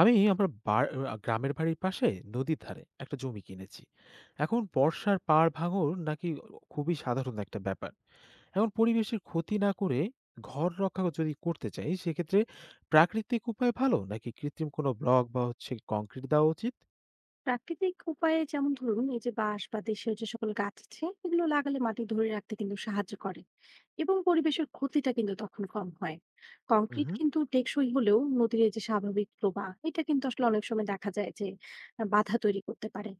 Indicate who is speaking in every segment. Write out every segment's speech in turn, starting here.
Speaker 1: আমি আমার বার আ গ্রামের বাড়ির পাশে নদীর ধারে একটা জমি কিনেছি। এখন বর্ষার পাড় ভাঙন নাকি খুবই সাধারণ একটা ব্যাপার। এখন পরিবেশের ক্ষতি না করে ঘর রক্ষা যদি করতে চাই সেক্ষেত্রে প্রাকৃতিক উপায় ভালো নাকি কৃত্রিম কোনো ব্লক বা হচ্ছে কংক্রিট দেওয়া উচিত?
Speaker 2: প্রাকৃতিক উপায়ে যেমন ধরুন এই যে বাঁশ বা দেশীয় যে সকল গাছ আছে এগুলো লাগালে মাটি ধরে রাখতে কিন্তু সাহায্য করে। এবং পরিবেশের ক্ষতিটা কিন্তু তখন কম হয়। কংক্রিট
Speaker 1: হুম।
Speaker 2: কিন্তু টেকসই হলেও নদীর এই যে স্বাভাবিক প্রবাহ এটা কিন্তু আসলে অনেক সময় দেখা যায় যে বাধা তৈরি করতে পারে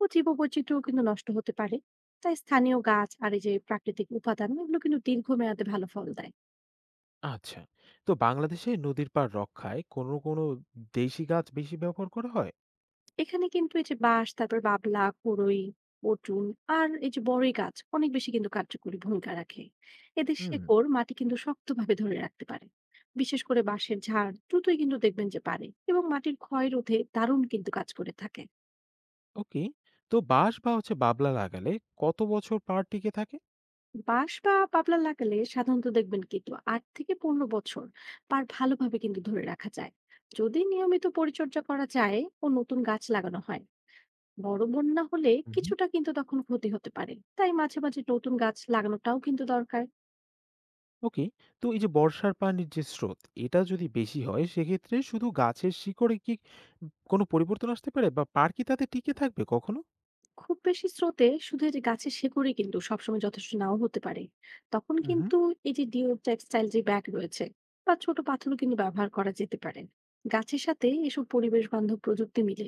Speaker 2: ও জীববৈচিত্র্য কিন্তু নষ্ট হতে পারে। তাই স্থানীয় গাছ আর এই যে প্রাকৃতিক উপাদান এগুলো কিন্তু দীর্ঘমেয়াদে ভালো ফল দেয়।
Speaker 1: আচ্ছা। তো বাংলাদেশে নদীর পাড় রক্ষায় কোনো দেশি গাছ বেশি ব্যবহার করা হয়?
Speaker 2: এখানে কিন্তু এই যে বাঁশ, তারপর বাবলা, কুড়ই, পটুন আর এই যে বড়ই গাছ অনেক বেশি কিন্তু কার্যকরী ভূমিকা রাখে। এদের
Speaker 1: হুম।
Speaker 2: শেকড় মাটি কিন্তু শক্তভাবে ধরে রাখতে পারে। বিশেষ করে বাঁশের ঝাড় দ্রুতই কিন্তু দেখবেন যে পারে এবং মাটির ক্ষয় রোধে দারুণ কিন্তু কাজ করে থাকে।
Speaker 1: ওকে। তো বাঁশ বা হচ্ছে বাবলা লাগালে কত বছর পাড় টিকে থাকে?
Speaker 2: বাঁশ বা বাবলা লাগালে সাধারণত দেখবেন কিন্তু ৮ থেকে ১৫ বছর পার ভালোভাবে কিন্তু ধরে রাখা যায়। যদি নিয়মিত পরিচর্যা করা যায় ও নতুন গাছ লাগানো হয়। বড় বন্যা হলে কিছুটা কিন্তু তখন ক্ষতি হতে পারে, তাই মাঝে মাঝে নতুন গাছ লাগানোটাও কিন্তু দরকার।
Speaker 1: ওকে। তো এই যে বর্ষার পানির যে স্রোত এটা যদি বেশি হয় সেক্ষেত্রে শুধু গাছের শিকড়ে কি কোনো পরিবর্তন আসতে পারে বা পার কি তাতে টিকে থাকবে কখনো?
Speaker 2: খুব বেশি স্রোতে শুধু এই যে গাছের শেকড়ই কিন্তু সবসময় যথেষ্ট নাও হতে পারে। তখন
Speaker 1: হুম।
Speaker 2: কিন্তু এই যে ডিও টেক্সটাইল যে ব্যাগ রয়েছে বা ছোট পাথরও কিন্তু ব্যবহার করা যেতে পারে। গাছের সাথে এসব পরিবেশ বান্ধব প্রযুক্তি মিলে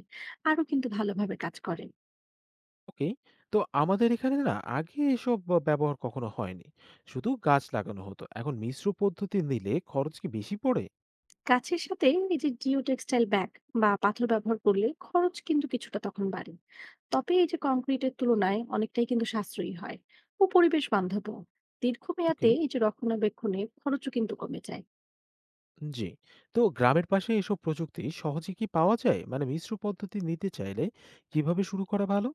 Speaker 2: আরো কিন্তু ভালোভাবে কাজ করে।
Speaker 1: ওকে। তো আমাদের এখানে না আগে ব্যবহার কখনো হয়নি, শুধু গাছ লাগানো হতো। এখন মিশ্র পদ্ধতি নিলে খরচ কি বেশি পড়ে?
Speaker 2: কাছের সাথে এই যে জিও টেক্সটাইল ব্যাগ বা পাথর ব্যবহার করলে খরচ কিন্তু কিছুটা তখন বাড়ে। তবে এই যে কংক্রিটের তুলনায় অনেকটাই কিন্তু সাশ্রয়ী হয় ও পরিবেশ বান্ধব।
Speaker 1: ওকে।
Speaker 2: দীর্ঘমেয়াদে এই যে রক্ষণাবেক্ষণে খরচও কিন্তু কমে যায়।
Speaker 1: জি। তো গ্রামের পাশে এসব প্রযুক্তি সহজে কি পাওয়া যায়? মানে মিশ্র পদ্ধতি নিতে চাইলে কিভাবে শুরু করা ভালো?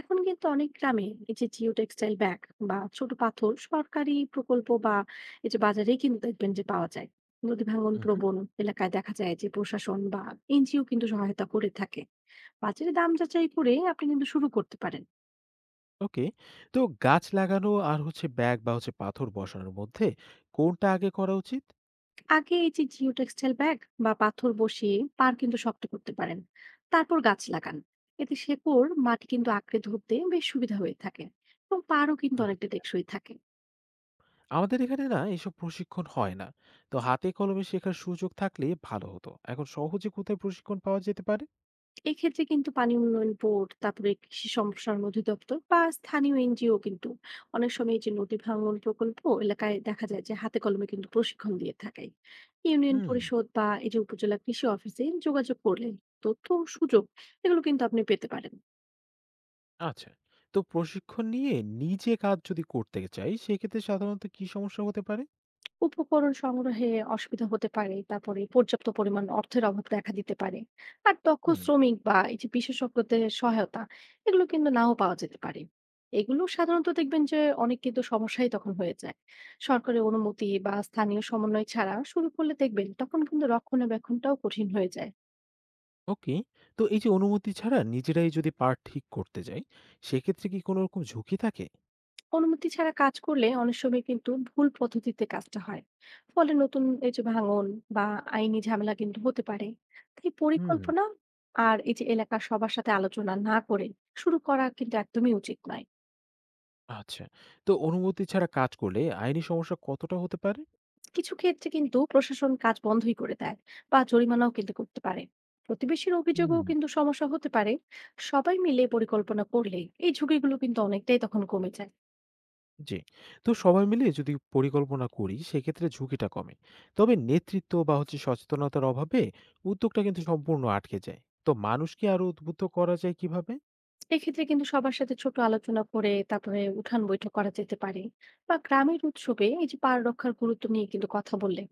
Speaker 2: এখন কিন্তু অনেক গ্রামে এই যে জিও টেক্সটাইল ব্যাগ বা ছোট পাথর সরকারি প্রকল্প বা এই যে বাজারেই কিন্তু দেখবেন যে পাওয়া যায়। নদী ভাঙন প্রবণ এলাকায় দেখা যায় যে প্রশাসন বা এনজিও কিন্তু সহায়তা করে থাকে। বাজারে দাম যাচাই করে আপনি কিন্তু শুরু করতে পারেন।
Speaker 1: ওকে। তো গাছ লাগানো আর হচ্ছে ব্যাগ বা হচ্ছে পাথর বসানোর মধ্যে কোনটা আগে করা উচিত?
Speaker 2: আগে এই যে জিও টেক্সটাইল ব্যাগ বা পাথর বসিয়ে পার কিন্তু শক্ত করতে পারেন, তারপর গাছ লাগান। এতে শেকড় মাটি কিন্তু আঁকড়ে ধরতে বেশ সুবিধা হয়ে থাকে এবং পারও কিন্তু অনেকটা
Speaker 1: আচ্ছা।
Speaker 2: টেকসই থাকে।
Speaker 1: আমাদের এখানে না এসব প্রশিক্ষণ হয় না। তো হাতে কলমে শেখার সুযোগ থাকলে ভালো হতো। এখন সহজে কোথায় প্রশিক্ষণ পাওয়া যেতে পারে?
Speaker 2: এক্ষেত্রে কিন্তু পানি উন্নয়ন বোর্ড, তারপরে কৃষি সম্প্রসারণ অধিদপ্তর বা স্থানীয় এনজিও কিন্তু অনেক সময় এই যে নদী ভাঙন প্রকল্প এলাকায় দেখা যায় যে হাতে কলমে কিন্তু প্রশিক্ষণ দিয়ে থাকে। ইউনিয়ন
Speaker 1: হুম।
Speaker 2: পরিষদ বা এই যে উপজেলা কৃষি অফিসে যোগাযোগ করলে তথ্য ও সুযোগ এগুলো কিন্তু আপনি পেতে পারেন।
Speaker 1: আচ্ছা। তো প্রশিক্ষণ নিয়ে নিজে কাজ যদি করতে চাই সেক্ষেত্রে সাধারণত কি সমস্যা হতে পারে?
Speaker 2: উপকরণ সংগ্রহে অসুবিধা হতে পারে, তারপরে পর্যাপ্ত পরিমাণ অর্থের অভাব দেখা দিতে পারে। আর দক্ষ
Speaker 1: হুম।
Speaker 2: শ্রমিক বা এই যে বিশেষজ্ঞদের সহায়তা এগুলো কিন্তু নাও পাওয়া যেতে পারে। এগুলো সাধারণত দেখবেন যে অনেক কিন্তু সমস্যাই তখন হয়ে যায়। সরকারি অনুমতি বা স্থানীয় সমন্বয় ছাড়া শুরু করলে দেখবেন তখন কিন্তু রক্ষণাবেক্ষণটাও কঠিন হয়ে যায়।
Speaker 1: ওকে। তো এই যে অনুমতি ছাড়া নিজেরাই যদি পার্ট ঠিক করতে যাই সেক্ষেত্রে কি কোনো রকম ঝুঁকি থাকে?
Speaker 2: অনুমতি ছাড়া কাজ করলে অনেক সময় কিন্তু ভুল পদ্ধতিতে কাজটা হয়। ফলে নতুন এই যে ভাঙন বা আইনি ঝামেলা কিন্তু হতে পারে। তাই
Speaker 1: হুম।
Speaker 2: পরিকল্পনা আর এই যে এলাকার সবার সাথে আলোচনা না করে শুরু করা কিন্তু একদমই উচিত নয়।
Speaker 1: আচ্ছা। তো অনুমতি ছাড়া কাজ করলে আইনি সমস্যা কতটা হতে পারে?
Speaker 2: কিছু ক্ষেত্রে কিন্তু প্রশাসন কাজ বন্ধই করে দেয় বা জরিমানাও কিন্তু করতে পারে। প্রতিবেশীর
Speaker 1: হুম।
Speaker 2: অভিযোগও কিন্তু সমস্যা হতে পারে। সবাই মিলে পরিকল্পনা করলে এই ঝুঁকিগুলো কিন্তু অনেকটাই তখন কমে যায়।
Speaker 1: জি। তো সবাই মিলে যদি পরিকল্পনা করি সেক্ষেত্রে ঝুঁকিটা কমে। তবে নেতৃত্ব বা হচ্ছে সচেতনতার অভাবে উদ্যোগটা কিন্তু সম্পূর্ণ আটকে যায়। তো মানুষকে আরো উদ্বুদ্ধ করা যায় কিভাবে?
Speaker 2: এক্ষেত্রে কিন্তু সবার সাথে ছোট আলোচনা করে তারপরে উঠান বৈঠক করা যেতে পারে। বা গ্রামের উৎসবে এই যে পার রক্ষার গুরুত্ব নিয়ে কিন্তু কথা বললে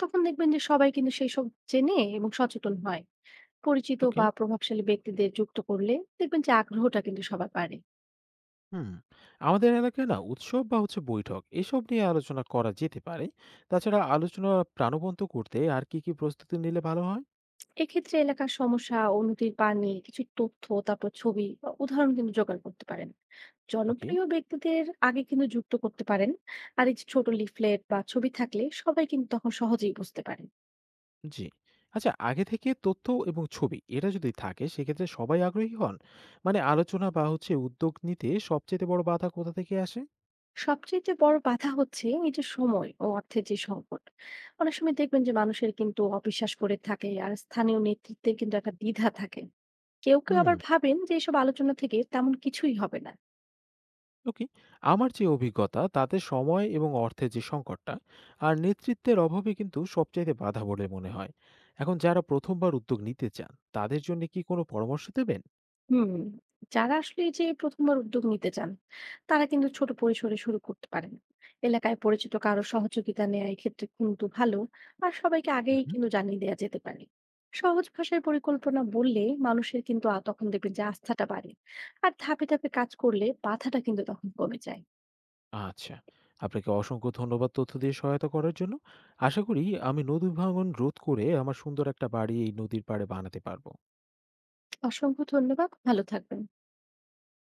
Speaker 2: তখন দেখবেন যে সবাই কিন্তু সেই সব জেনে এবং সচেতন হয়। পরিচিত
Speaker 1: ওকে।
Speaker 2: বা প্রভাবশালী ব্যক্তিদের যুক্ত করলে দেখবেন যে আগ্রহটা কিন্তু সবার বাড়ে।
Speaker 1: হুম। আমাদের এলাকায় না উৎসব বা হচ্ছে বৈঠক এসব নিয়ে আলোচনা করা যেতে পারে। তাছাড়া আলোচনা প্রাণবন্ত করতে আর কি প্রস্তুতি নিলে ভালো হয়?
Speaker 2: এক্ষেত্রে এলাকার সমস্যা ও নদীর পানি কিছু তথ্য, তারপর ছবি বা উদাহরণ কিন্তু জোগাড় করতে পারেন।
Speaker 1: ওকে।
Speaker 2: জনপ্রিয় ব্যক্তিদের আগে কিন্তু যুক্ত করতে পারেন। আর এই যে ছোট লিফলেট বা ছবি থাকলে সবাই কিন্তু তখন সহজেই বুঝতে পারেন।
Speaker 1: জি। আচ্ছা, আগে থেকে তথ্য এবং ছবি এটা যদি থাকে সেক্ষেত্রে সবাই আগ্রহী হন। মানে আলোচনা বা হচ্ছে উদ্যোগ নিতে সবচাইতে বড় বাধা কোথা থেকে আসে?
Speaker 2: সবচেয়ে বড় বাধা হচ্ছে এই যে সময় ও অর্থের যে সংকট। অনেক সময় দেখবেন যে মানুষের কিন্তু অবিশ্বাস করে থাকে, আর স্থানীয় নেতৃত্বের কিন্তু একটা দ্বিধা থাকে। কেউ কেউ
Speaker 1: হুম।
Speaker 2: আবার ভাবেন যে এসব আলোচনা থেকে তেমন কিছুই হবে না।
Speaker 1: ওকে। আমার যে অভিজ্ঞতা তাতে সময় এবং অর্থের যে সংকটটা আর নেতৃত্বের অভাবে কিন্তু সবচাইতে বাধা বলে মনে হয়। এখন যারা প্রথমবার উদ্যোগ নিতে চান তাদের জন্য কি কোনো পরামর্শ দেবেন?
Speaker 2: হুম। যারা আসলে এই যে প্রথমবার উদ্যোগ নিতে চান তারা কিন্তু ছোট পরিসরে শুরু করতে পারেন। এলাকায় পরিচিত কারো সহযোগিতা নেওয়া এক্ষেত্রে কিন্তু ভালো। আর সবাইকে আগেই
Speaker 1: হুম।
Speaker 2: কিন্তু জানিয়ে দেওয়া যেতে পারে। সহজ ভাষায় পরিকল্পনা বললে মানুষের কিন্তু তখন দেখবেন যে আস্থাটা বাড়ে। আর ধাপে ধাপে কাজ করলে বাধাটা কিন্তু তখন কমে যায়।
Speaker 1: আচ্ছা। আপনাকে অসংখ্য ধন্যবাদ তথ্য দিয়ে সহায়তা করার জন্য। আশা করি আমি নদী ভাঙন রোধ করে আমার সুন্দর একটা বাড়ি এই নদীর পাড়ে বানাতে পারবো।
Speaker 2: অসংখ্য ধন্যবাদ, ভালো থাকবেন।